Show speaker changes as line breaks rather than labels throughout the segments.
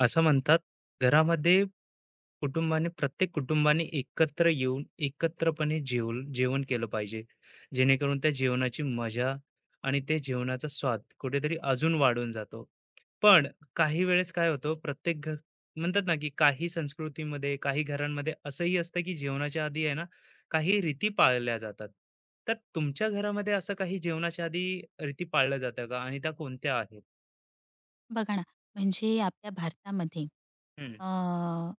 असं म्हणतात घरामध्ये प्रत्येक कुटुंबाने एकत्र येऊन एकत्रपणे जेवण जेवण केलं पाहिजे, जेणेकरून त्या जेवणाची मजा आणि ते जेवणाचा स्वाद कुठेतरी अजून वाढून जातो. पण काही वेळेस काय होतं? म्हणतात ना की काही संस्कृतीमध्ये काही घरांमध्ये असंही असतं की जेवणाच्या आधी आहे ना काही रीती पाळल्या जातात. तर तुमच्या घरामध्ये असं काही जेवणाच्या आधी रीती पाळल्या जातात का? आणि त्या कोणत्या आहेत?
बघा ना, म्हणजे आपल्या भारतामध्ये
हम्म,
अ,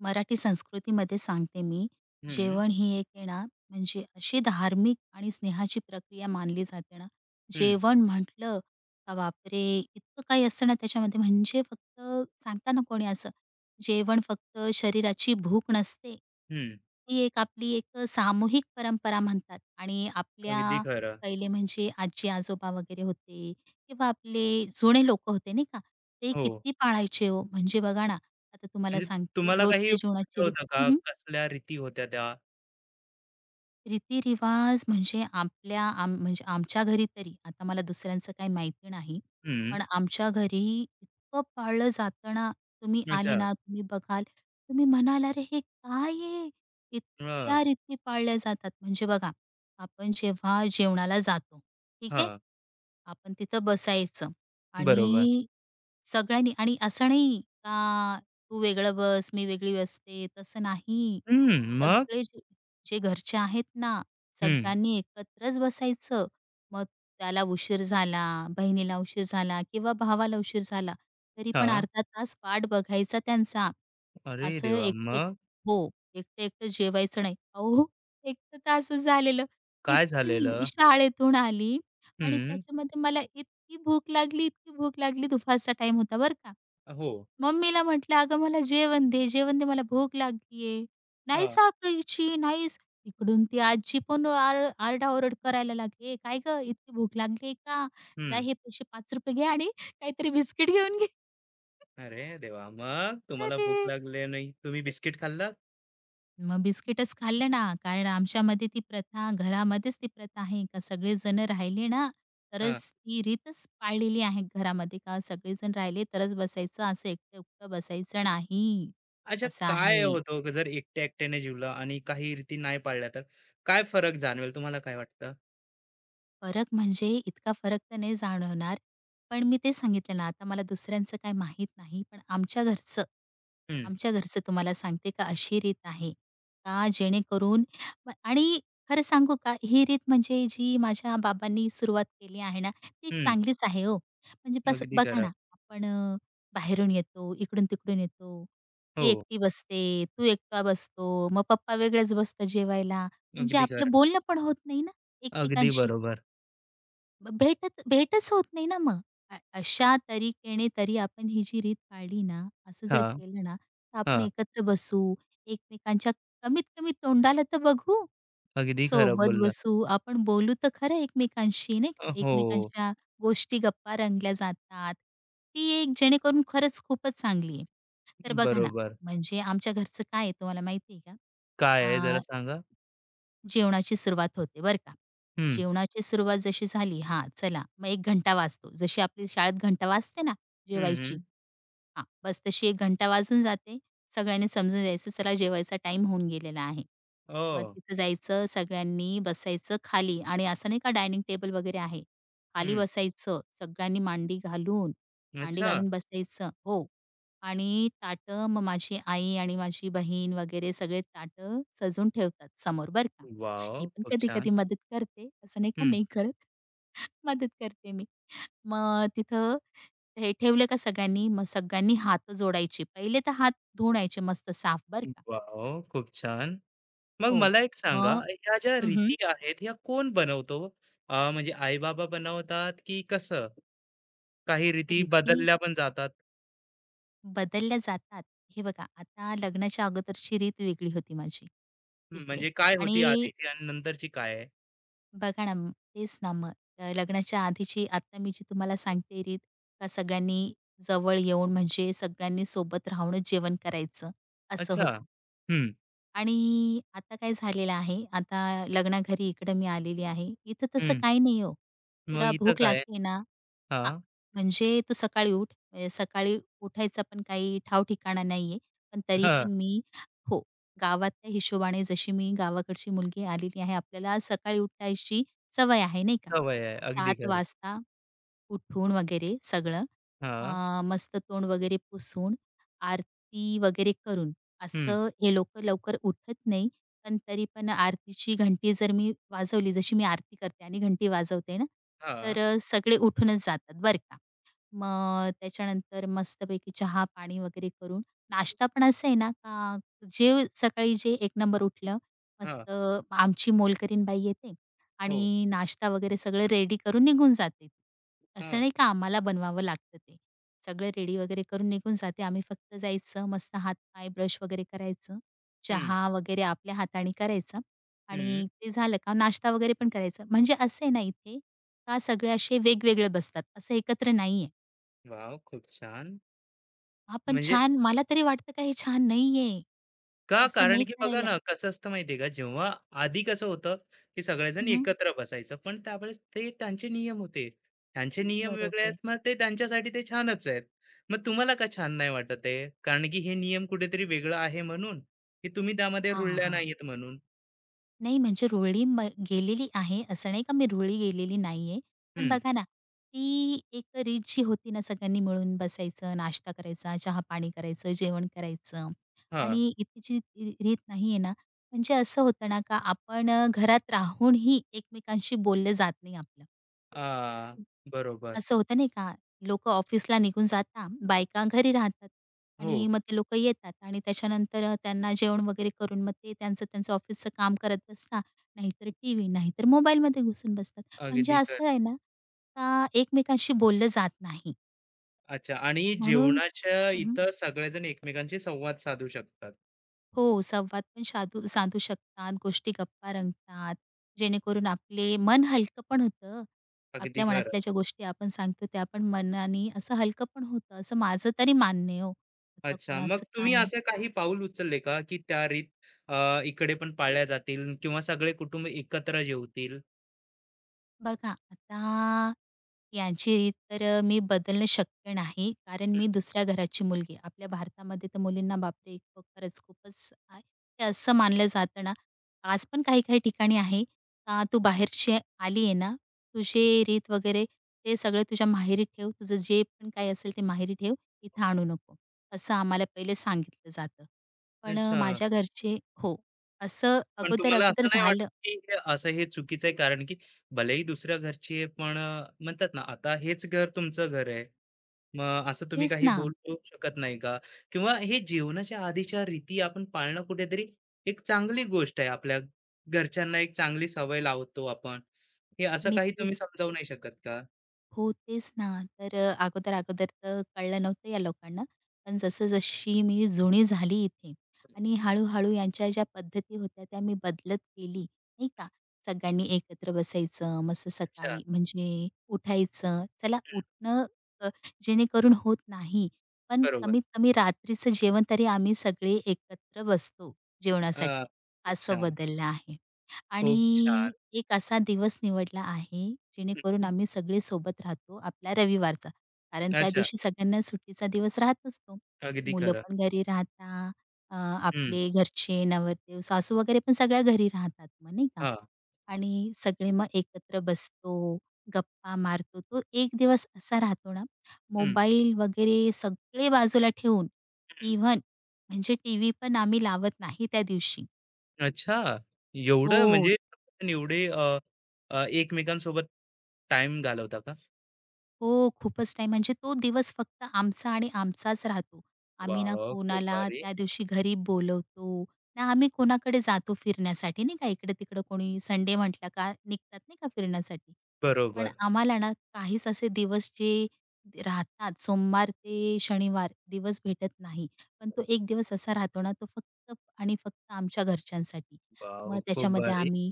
मराठी संस्कृतीमध्ये सांगते मी,
हम्म,
जेवण ही एक आहे ना, म्हणजे अशी धार्मिक आणि स्नेहाची प्रक्रिया मानली जाते ना.
हम्म,
जेवण म्हटलं का बापरे! इतकं काही असतं ना त्याच्यामध्ये, म्हणजे फक्त सांगता ना कोणी असं, जेवण फक्त शरीराची भूक नसते.
हम्म.
ती एक आपली एक सामूहिक परंपरा म्हणतात आणि
अगदी
आपल्या
खरं.
पहिले म्हणजे आजी-आजोबा वगैरे होते किंवा आपले जुने लोक होते नाही का, ते
हो.
किती पाळायचे हो. म्हणजे बघा ना, आता तुम्हाला
म्हणजे
सांगते
तुम्हाला काही
रोजच्या जीवनाची रीत.
आठवतं
हं,
का?
हं.
कसल्या रीती होत्या त्या?
रीतिरिवाज म्हणजे आपल्या म्हणजे आमच्या घरी तरी, आता मला दुसऱ्यांचं काही माहिती नाही.
हं.
पण आमच्या घरी इतकं पाळलं जातं ना, तुम्ही आले
अच्छा.
ना, तुम्ही बघाल, तुम्ही म्हणाल, "अरे हे काय आहे?"
हां,
इतक्या रीती पाळल्या जातात. म्हणजे बघा, आपण जेव्हा जेवणाला जातो, ठीक आहे?
हां,
आपण तिथं बसायचं
बरोबर.
आणि सगळ्यांनी आणि असं नाही का, "तू वेगळं बस, मी वेगळी बसते," तसं नाही.
हं, मग?
सगळे जे जे घरचे आहेत ना,
हं,
सगळ्यांनी एकत्रच बसायचं. मग त्याला उशीर झाला, बहिणीला उशीर झाला किंवा भावाला उशीर झाला, तरी पण
हां.
अर्धा तास वाट बघायचा त्यांचा.
अरे
असं
देवा!
एकटं एक
मग
हो, एकटं-एकटं जेवायचं नाही. अहो, एक तर तासच झालेलं.
काय
इतकी मी
झालेलं?
शाळेतून आली आणि
हं,
त्याच्यामध्ये मला इतकी भूक लागली, इतकी भूक लागली. दुपारचा टाईम होता बरं का.
हो,
मम्मीला म्हटलं, "अगं मला जेवण दे, जेवण दे, मला भूक लागली, नाही
हां,
साखरेची, नाहीच." इकडून ती आजी पण आरडाओरड करायला लागली, "ए काय गं, इतकी भूक लागली का? जा
हं.
हे पैसे ₹5 घे आणि काहीतरी बिस्किट घेऊन घे."
अरे देवा! मग तुम्हाला भूक
अरे!
लागली नाही, तुम्ही बिस्किट खाल्लं?
मग बिस्किटच खाल्लं ना, कारण आमच्यामध्ये ती प्रथा घरामध्येच ती प्रथा आहे का सगळेजण राहिले ना,
हां.
तरच ती रीतच पाळलेली आहे घरामध्ये का सगळेजण राहिले तरच बसायचं, असं एकटं-एकटं बसायचं नाही,
अच्छा,
असं
काय
आहे.
होतं जर एकट्या-एकट्याने जेवलं आणि काही रीती नाही पाळल्या तर? काय फरक जाणवेल? तुम्हाला काय वाटतं?
फरक म्हणजे इतका फरक तर नाही जाणवणार, पण मी ते सांगितलं ना, आता मला दुसऱ्यांचं काही माहीत नाही, पण आमच्या घरचं,
हं,
आमच्या घरचं तुम्हाला सांगते का अशी रीत आहे का जेणेकरून आणि खरं सांगू का, ही रीत म्हणजे जी माझ्या बाबांनी सुरुवात केली आहे ना, ती
हं.
चांगलीच आहे हो. म्हणजे बस
अगदी
बघा
खरं.
ना, आपण बाहेरून येतो, इकडून-तिकडून येतो, ती
हो,
एकटी बसते, तू एकटा बसतो, मग पप्पा वेगळेच बसतं जेवायला, म्हणजे
अगदी
आपलं
खरं.
बोलणं पण होत नाही ना
अगदी
एकमेकांशी.
बरोबर.
ब भेटत भेटच होत नाही ना मग. अशा तरीकेने तरी आपण ही जी रीत पाळली ना, असं जर
हां,
केलं ना, तर आपण
हां.
एकत्र बसू, एकमेकांच्या कमीत कमी तोंडाला तर बघू,
अगदी खरं
सोबत
बोललात.
बसू, आपण बोलू तर खरं एकमेकांशी नाही का.
हो,
एकमेकांच्या गोष्टी, गप्पा रंगल्या जातात. ती एक जेणेकरून खरंच खूपच चांगली आहे. तर बघा ना,
बरोबर.
म्हणजे आमच्या घरचं काय आहे तुम्हाला माहिती आहे
काय आहे, जरा
का?
सांगा?
जेवणाची सुरुवात होते बरं का.
हं,
जेवणाची सुरुवात जशी झाली हां, चला मग एक घंटा वाजतो. जशी आपली शाळेत घंटा वाजते ना
हं,
जेवायची,
हं.
हां, बस तशी 1 घंटा वाजून जाते. सगळ्यांनी समजून जायचं, चला जेवायचा टाइम होऊन गेलेला आहे. मग
ओह!
तिथं जायचं, सगळ्यांनी बसायचं खाली आणि असं नाही का डायनिंग टेबल वगैरे आहे. खाली
हं.
बसायचं, सगळ्यांनी मांडी घालून, मांडी
अच्छा.
घालून बसायचं हो. आणि ताटं मग माझी आई आणि माझी बहीण वगैरे सगळे ताटं सजवून ठेवतात समोर बरं का. मी
वॉव!
पण
खूप छान.
कधी-कधी मदत करते, असं नाही का
हं.
नाही करत. मदत करते मी. मग तिथं हे ठेवलं का सगळ्यांनी, मग सगळ्यांनी हात जोडायचे. पहिले तर हात धुण्याचे मस्त साफ बरं का.
वॉव! खूप छान. मग
हो.
मला एक सांगा,
मग
ह्या ज्या
हं, हं.
रीती आहेत, ह्या कोण बनवतो? म्हणजे आई-बाबा बनवतात की कसं? काही रीती
रीती
बदलल्या पण जातात.
बदलल्या जातात. हे बघा आता लग्नाच्या अगोदरची रीत वेगळी होती माझी
हं,
तिकडे
म्हणजे काय होती
आणि
आधीची आणि नंतरची काय आहे?
बघा ना तेच ना मग लग्नाच्या आधीची आता मी जी तुम्हाला सांगते रीत का सगळ्यांनी जवळ येऊन म्हणजे सगळ्यांनी सोबत राहूनच जेवण करायचं असं
अच्छा.
होतं.
हं,
आणि आता काय झालेलं आहे, आता लग्नाघरी इकडं मी आलेली आहे. इथं तसं
हं.
काही नाही हो.
मग
तुला
इथं
भूक
काय आहे?
लागली ना हा,
हां,
म्हणजे तो सकाळी उठ म्हणजे सकाळी उठायचा पण काही ठाव-ठिकाणा नाहीये. पण तरी पण मी हो, गावातल्या हिशोबाने जशी मी गावाकडची मुलगी आलेली आहे, आपल्याला सकाळी उठायची सवय आहे नाही का?
सवय आहे. अगदी
7:00
खरं.
वाजता उठून वगैरे सगळं,
हां.
मस्त तोंड वगैरे पुसून, आरती वगैरे करून
हं.
असं हे लोकं लवकर उठत नाही. पण तरी पण आरतीची घंटी जर मी वाजवली, जशी मी आरती करते आणि घंटी वाजवते ना,
हां,
तर सगळे उठूनच जातात बरं का. मग त्याच्यानंतर मस्तपैकी चहा, पाणी वगैरे करून नाश्ता पण असं आहे ना, का जे सकाळी जे एक नंबर उठलं,
हां.
मस्त आमची मोलकरीण बाई येते
हो.
आणि नाश्ता वगैरे सगळं रेडी करून निघून जाते. असं
हां.
नाही का आम्हाला बनवावं लागतं ते. सगळं रेडी वगैरे करून निघून जाते. आम्ही फक्त जायचं, मस्त हात-पाय ब्रश वगैरे करायचं,
हं,
चहा वगैरे आपल्या हाताने करायचा
हं.
आणि ते झालं का नाश्ता वगैरे पण करायचा. म्हणजे असं आहे ना इथे, का सगळे असे वेगवेगळे बसतात, असं एकत्र नाहीये.
वॉव! खूप छान.
हां,
म्हणजे
छान मला तरी वाटतं का हे छान नाहीये.
का?
असं
कारण
नाही
की बघा
करायला.
ना, कसं असतं माहिती का, जेव्हा आधी कसं होतं, की सगळेजण
हं, हं.
एकत्र बसायचं. पण त्यावेळेस ते त्यांचे नियम होते. त्यांचे नियम वेगळे
बरोबर
आहेत,
आहे.
मग ते त्यांच्यासाठी ते छानच आहेत. मग तुम्हाला का छान नाही वाटत आहे? कारण की हे नियम कुठेतरी वेगळं आहे म्हणून, की तुम्ही त्यामध्ये
हां, हां,
रुळल्या
हां.
नाहीत म्हणून?
नाही म्हणजे रुळली म गेलेली आहे, असं नाही का मी रुळली गेलेली नाहीये. पण
हं.
बघा ना, ती एक रीत जी होती ना सगळ्यांनी मिळून बसायचं, नाश्ता करायचा, चहा-पाणी करायचं, जेवण करायचं
हां.
आणि इथे जी रीत नाहीये ना, म्हणजे असं होतं ना का आपण घरात राहूनही एकमेकांशी बोललं जात नाही आपलं.
आ, बरोबर.
असं होतं नाही का, लोकं ऑफिसला निघून जातात, बायका घरी राहतात
हो.
आणि मग ते लोकं येतात आणि त्याच्यानंतर त्यांना जेवण वगैरे करून मग ते त्यांचं-त्यांचं ऑफिसचं काम करत बसतात. नाहीतर टीव्ही, नाहीतर मोबाईलमध्ये घुसून बसतात. म्हणजे
अगदी.
असं आहे ना, का एकमेकांशी बोललं जात नाही
अच्छा, आणि
म्हणून
जेवणाच्या इथं सगळेजण एकमेकांशी संवाद साधू शकतात.
हो, संवाद पण साधू साधू शकतात, गोष्टी गप्पा रंगतात, जेणेकरून आपले मन हलकं पण होतं.
अगदी
आपल्या
खरं.
मनातल्या ज्या गोष्टी आपण सांगतो त्या पण मनाने असं हलकं पण होतं, असं माझं तरी मान्य आहे हो. आता
अच्छा, मग
कोणाचं
तुम्ही
काय?
असं काही पाऊल उचलले का, की त्या रीत इकडे पण पाळल्या जातील किंवा सगळे कुटुंब एकत्र जेवतील?
बघा, आता यांची रीत तर मी बदलणं शक्य नाही. कारण
हं,
मी दुसऱ्या घराची मुलगी आहे. आपल्या भारतामध्ये तर मुलींना बापरे! इतकं खरंच खूपच ते असं मानलं जातं ना, आज पण काही-काही ठिकाणी आहे, का तू बाहेरची आली आहे ना,
हं.
तुझे रीत वगैरे ते सगळं तुझ्या माहेरी ठेव. तुझं जे पण काही असेल ते माहेरी ठेव, इथं आणू नको. असं आम्हाला पहिले सांगितलं जातं. पण
अच्छा.
माझ्या घरचे हो, असं
पण तुम्हाला
अगोदर-अगोदर
असं नाही वाटत,
झालं.
की हे असं हे चुकीचं आहे? कारण की भलेही दुसऱ्या घरची आहे, पण म्हणतात ना, आता हेच घर तुमचं घर आहे. मग असं तुम्ही
तेच
काही
ना,
बोलू शकत नाही का? किंवा हे जेवणाच्या आधीच्या रीती आपण पाळणं कुठेतरी एक चांगली गोष्ट आहे. आपल्या घरच्यांना एक चांगली सवय लावतो आपण. हे असं
मी
काही तुम्ही
तेच
समजावू नाही शकत का?
हो, तेच ना. तर अगोदर-अगोदर तर कळलं नव्हतं या लोकांना. पण जसं-जशी मी जुनी झाली इथे आणि हळू-हळू यांच्या ज्या पद्धती होत्या त्या मी बदलत गेली, नाही का. सगळ्यांनी एकत्र बसायचं, मस्त
अच्छा.
सकाळी म्हणजे उठायचं. चला
हं,
उठणं अ, जेणेकरून होत नाही, पण
बरोबर.
कमीत कमी रात्रीचं जेवण तरी आम्ही सगळे एकत्र बसतो
अ,
जेवणासाठी,
खूप
असं
छान,
बदललं आहे.
खूप छान.
आणि एक असा दिवस निवडला आहे,
हं,
जेणेकरून आम्ही सगळे सोबत राहतो, आपला रविवारचा. कारण त्या
अच्छा.
दिवशी सगळ्यांना सुट्टीचा दिवस राहतोच तो.
अगदी
मुलं
खरं.
पण घरी राहतात, अ,
हं,
आपले घरचे, नवरदेव, सासू वगैरे पण सगळ्या घरी राहतात मग नाही का.
हां.
आणि सगळे मग एकत्र बसतो, गप्पा मारतो. तो एक दिवस असा राहतो ना,
हं,
मोबाईल वगैरे सगळे बाजूला ठेवून
हं.
इव्हन म्हणजे टीव्ही पण आम्ही लावत नाही त्या दिवशी.
अच्छा. एवढं
हो.
म्हणजे आपण एवढे अ, अ, एकमेकांसोबत टाईम घालवता का?
हो, खूपच नाही. म्हणजे तो दिवस फक्त आमचा आणि आमचाच राहतो. आम्ही ना
वॉव! खूप
कोणाला
भारी.
त्या दिवशी घरी बोलवतो, ना आम्ही कोणाकडे जातो फिरण्यासाठी नाही का. इकडं-तिकडं कोणी संडे म्हटला का निघतात नाही का फिरण्यासाठी. पण
बरोबर.
आम्हाला ना काहीच असे दिवस जे राहतात सोमवार ते शनिवार दिवस भेटत नाही. पण तो एक दिवस असा राहतो ना, तो फक्त आणि फक्त आमच्या घरच्यांसाठी.
वॉव!
मग
खूप
त्याच्यामध्ये
भारी.
आम्ही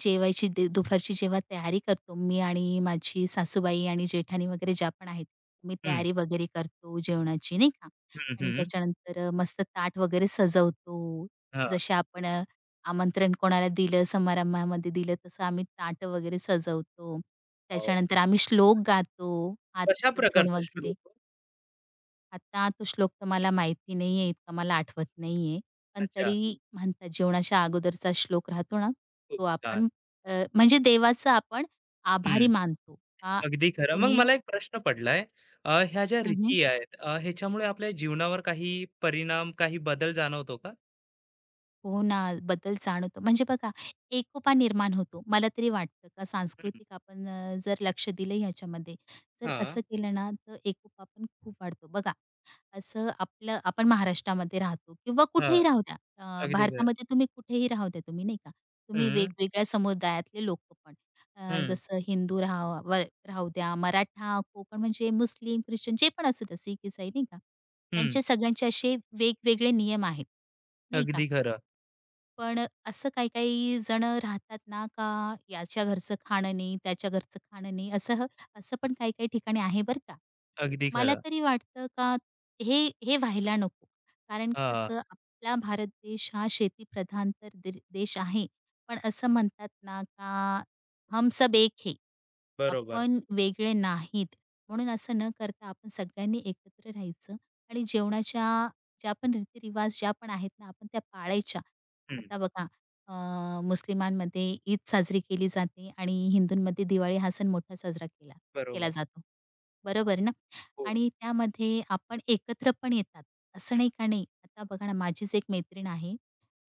जेवायची दे दुपारची जेव्हा तयारी करतो मी आणि माझी सासूबाई आणि जेठाणी वगैरे ज्या पण आहेत, मी
हं,
तयारी वगैरे करतो जेवणाची नाही का.
हं,
आणि
हं.
त्याच्यानंतर मस्त ताट वगैरे सजवतो.
हां.
जसे आपण आमंत्रण कोणाला दिलं, समारंभामध्ये दिलं तसं आम्ही ताटं वगैरे सजवतो.
हो.
त्याच्यानंतर आम्ही श्लोक गातो, हात
कशा
पुसून
प्रकारचा श्लोक
वगैरे.
हो?
आता तो श्लोक तर मला माहिती नाहीये, इतका मला आठवत नाहीये. पण
अच्छा,
तरी म्हणतात जेवणाच्या अगोदरचा श्लोक राहतो ना,
खूप
तो
छान.
आपण म्हणजे देवाचा आपण आभारी
हं,
मानतो. का
अगदी खरं. मग
कुणी
मला एक प्रश्न पडलाय. ह्या ज्या
हं, हं.
रीती आहेत, ह्याच्यामुळे आपल्या जीवनावर काही परिणाम, काही बदल जाणवतो का?
हो ना, बदल जाणवतो. म्हणजे बघा एकोपा निर्माण होतो. मला तरी वाटतं का
हं.
सांस्कृतिक आपण जर लक्ष दिलं ह्याच्यामध्ये, जर
हां,
असं केलं ना, तर एकोपा पण खूप वाढतो. बघा असं आपलं आपण महाराष्ट्रामध्ये राहतो किंवा
हां.
कुठेही राहू द्या.
अगदी खरं.
भारतामध्ये तुम्ही कुठेही राहू द्या तुम्ही, नाही का. तुम्ही
हं,
वेगवेगळ्या समुदायातले लोकं पण.
हं,
जसं हिंदू राहा व राहू द्या, मराठा, कोकण म्हणजे मुस्लिम, ख्रिश्चन जे पण असू द्या, सिख, ईसाई नाही का.
हं.
त्यांचे सगळ्यांचे असे वेगवेगळे नियम आहेत, नाही का.
अगदी खरं,
पण असं काही-काही जणं राहतात ना, का याच्या घरचं खाणं नाही, त्याच्या घरचं खाणं नाही, असं पण काही-काही ठिकाणी आहे बरं का.
अगदी
मला
खरं.
तरी वाटतं का हे हे व्हायला नको. कारण
हां,
कसं आपला भारत देश हा शेतीप्रधान तर देश आहे. पण असं म्हणतात ना, का "हम सब एक है."
बरोबर.
आपण वेगळे नाहीत म्हणून असं न करता आपण सगळ्यांनी एकत्र राहायचं आणि जेवणाच्या ज्या पण रीतिरिवाज ज्या पण आहेत ना आपण त्या पाळायच्या.
हं,
आता बघा मुस्लिमांमध्ये ईद साजरी केली जाते आणि हिंदूंमध्ये दिवाळी हा सण मोठा साजरा केला केला
बरोबर.
जातो. बरोबर ना?
हो.
आणि त्यामध्ये आपण एकत्र पण येतात. असं
हं,
नाही का नाही. आता बघा ना माझीच एक मैत्रीण आहे.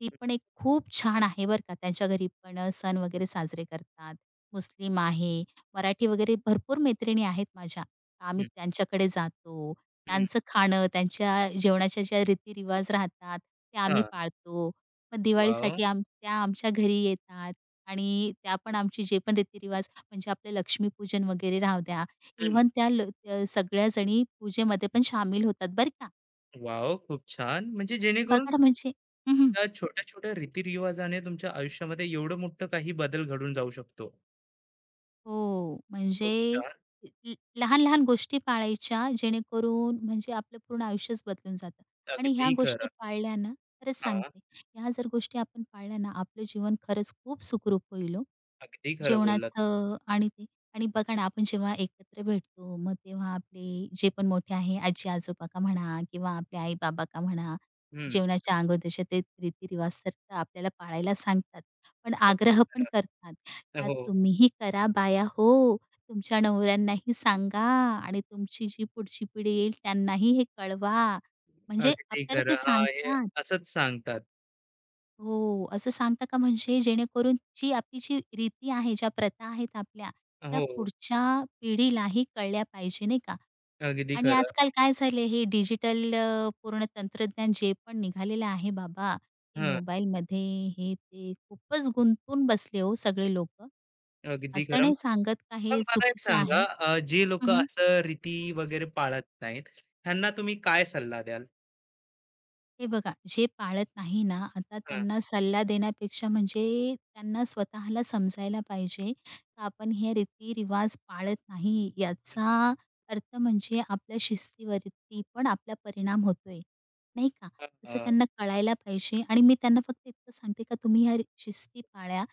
ती
हं,
पण एक खूप छान आहे बरं का. त्यांच्या घरी पण सण वगैरे साजरे करतात. मुस्लिम आहे. मराठी वगैरे भरपूर मैत्रिणी आहेत माझ्या. आम्ही त्यांच्याकडे जातो.
हं, हं.
त्यांचं खाणं, त्यांच्या जेवणाच्या ज्या रीतीरिवाज राहतात, ते आम्ही
हां.
पाळतो. मग
वॉव!
दिवाळीसाठी त्या आमच्या घरी येतात आणि त्या पण आमचे जे पण रीतीरिवाज म्हणजे आपलं लक्ष्मीपूजन वगैरे राहू द्या.
हं.
इव्हन सगळ्याजणी पूजेमध्ये पण शामील होतात बरं का.
वॉव! खूप छान. म्हणजे जेणेकरून
बघा ना म्हणजे हं, हं.
त्या छोट्या-छोट्या रीतिरिवाजाने तुमच्या आयुष्यामध्ये एवढं मोठं काही बदल घडून जाऊ शकतो.
हो, म्हणजे
प्रोत्साहन.
ल लहान-लहान गोष्टी पाळायच्या जेणेकरून म्हणजे आपलं पूर्ण आयुष्यच बदलून जातं आणि ह्या
अगदी
गोष्टी
खरं.
पाळल्या ना, खरंच
हां,
सांगते, ह्या जर गोष्टी आपण पाळल्या ना, आपलं जीवन खरंच खूप सुखरूप होईल ओ.
अगदी खरं बोललात.
जेवणाचं आणि ते आणि बघा ना, आपण जेव्हा एकत्र भेटतो, मग तेव्हा आपले जे पण मोठे आहे, आजी-आजोबा का म्हणा किंवा आपले आई-बाबा का म्हणा,
हं,
जेवणाच्या अगोदरचे ते रीतिरिवाज तर ते आपल्याला पाळायला सांगतात. पण
अगदी
आग्रह पण
खरं.
करतात, का
हो,
तुम्हीही करा बाया हो, तुमच्या नवऱ्यांनाही सांगा आणि तुमची जी पुढची पिढी येईल त्यांनाही हे कळवा. म्हणजे
अगदी
आपल्याला
खरं.
ते
हां, हे
सांगतात.
असंच सांगतात.
हो, असं सांगता का म्हणजे जेणेकरून जी आपली जी रीती आहे, ज्या प्रथा आहेत आपल्या, त्या
हो,
पुढच्या पिढीलाही कळल्या पाहिजे, नाही का?
अगदी
आणि
खरं.
आजकाल काय झाले हे डिजिटल पूर्ण तंत्रज्ञान जे पण निघालेलं आहे बाबा, हे
हं,
मोबाईलमध्ये हे ते खूपच गुंतून बसले हो सगळे लोकं.
अगदी
असं
खरं.
नाही सांगत का हे
पण मला एक
चुकीचं
सांगा,
आहे?
जे लोकं असं रीती वगैरे पाळत नाहीत, ह्यांना तुम्ही काय सल्ला द्याल?
हे बघा, जे पाळत नाही ना, आता
हां,
त्यांना सल्ला देण्यापेक्षा म्हणजे त्यांना स्वतःला समजायला पाहिजे, का आपण हे रीती-रिवाज पाळत नाही.
हं,
याचा अर्थ म्हणजे आपल्या शिस्तीवरती पण आपला परिणाम होतोय, नाही का? तसं
अ,
त्यांना कळायला पाहिजे आणि मी त्यांना फक्त इतकं सांगते, का तुम्ही ह्या शिस्ती पाळा.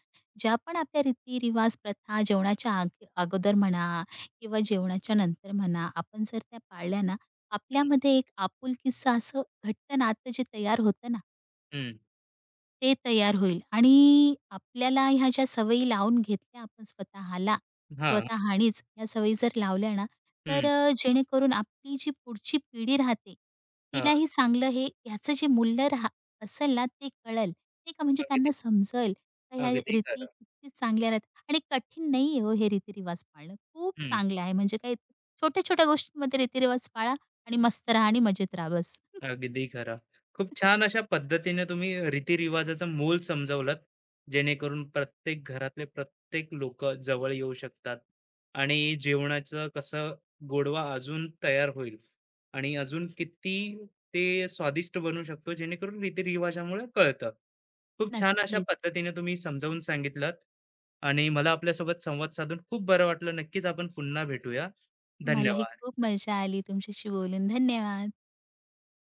ज्या पण आपल्या रीती प्रथा जेवणाच्या अगोदर म्हणा किंवा जेवणाच्या नंतर म्हणा, आपण जर त्या पाळल्या ना,
हं,
आपल्यामध्ये एक आपुलकीचं असं घट्ट नातं जे तयार होतं ना,
हं,
ते तयार होईल आणि आपल्याला ह्या ज्या सवयी लावून घेतल्या आपण स्वतःला,
हां,
स्वतःनीच ह्या सवयी जर लावल्या ना,
हं,
तर जेणेकरून आपली जी पुढची पिढी राहते,
हां,
तिलाही चांगलं हे ह्याचं जे मूल्य असेल ना, ते कळेल. नाही का, म्हणजे
अगदी,
त्यांना समजेल का ह्या
अगदी
रीती
खरं.
किती चांगल्या राहतात आणि कठीण नाही आहे हो हे रीतिरिवाज पाळणं. खूप
हं.
चांगलं आहे म्हणजे काय छोट्या-छोट्या गोष्टींमध्ये रीतिरिवाज पाळा आणि मस्त राहा आणि मजेत राहा बस.
अगदी खरं. खूप छान अशा पद्धतीने तुम्ही रीतिरिवाजाचं मोल समजावलात, जेणेकरून प्रत्येक घरातले प्रत्येक लोक जवळ येऊ शकतात आणि जेवणाचं कसं गोडवा अजून तयार होईल आणि अजून किती ते स्वादिष्ट बनू शकतो, जेणेकरून रीतिरिवाजामुळे कळतं. खूप छान अशा
नक्कीच.
पद्धतीने तुम्ही समजावून सांगितलात आणि मला आपल्यासोबत संवाद साधून खूप बरं वाटलं. नक्कीच आपण पुन्हा भेटूया.
मलाही
धन्यवाद.
खूप मजा आली तुमच्याशी बोलून. धन्यवाद.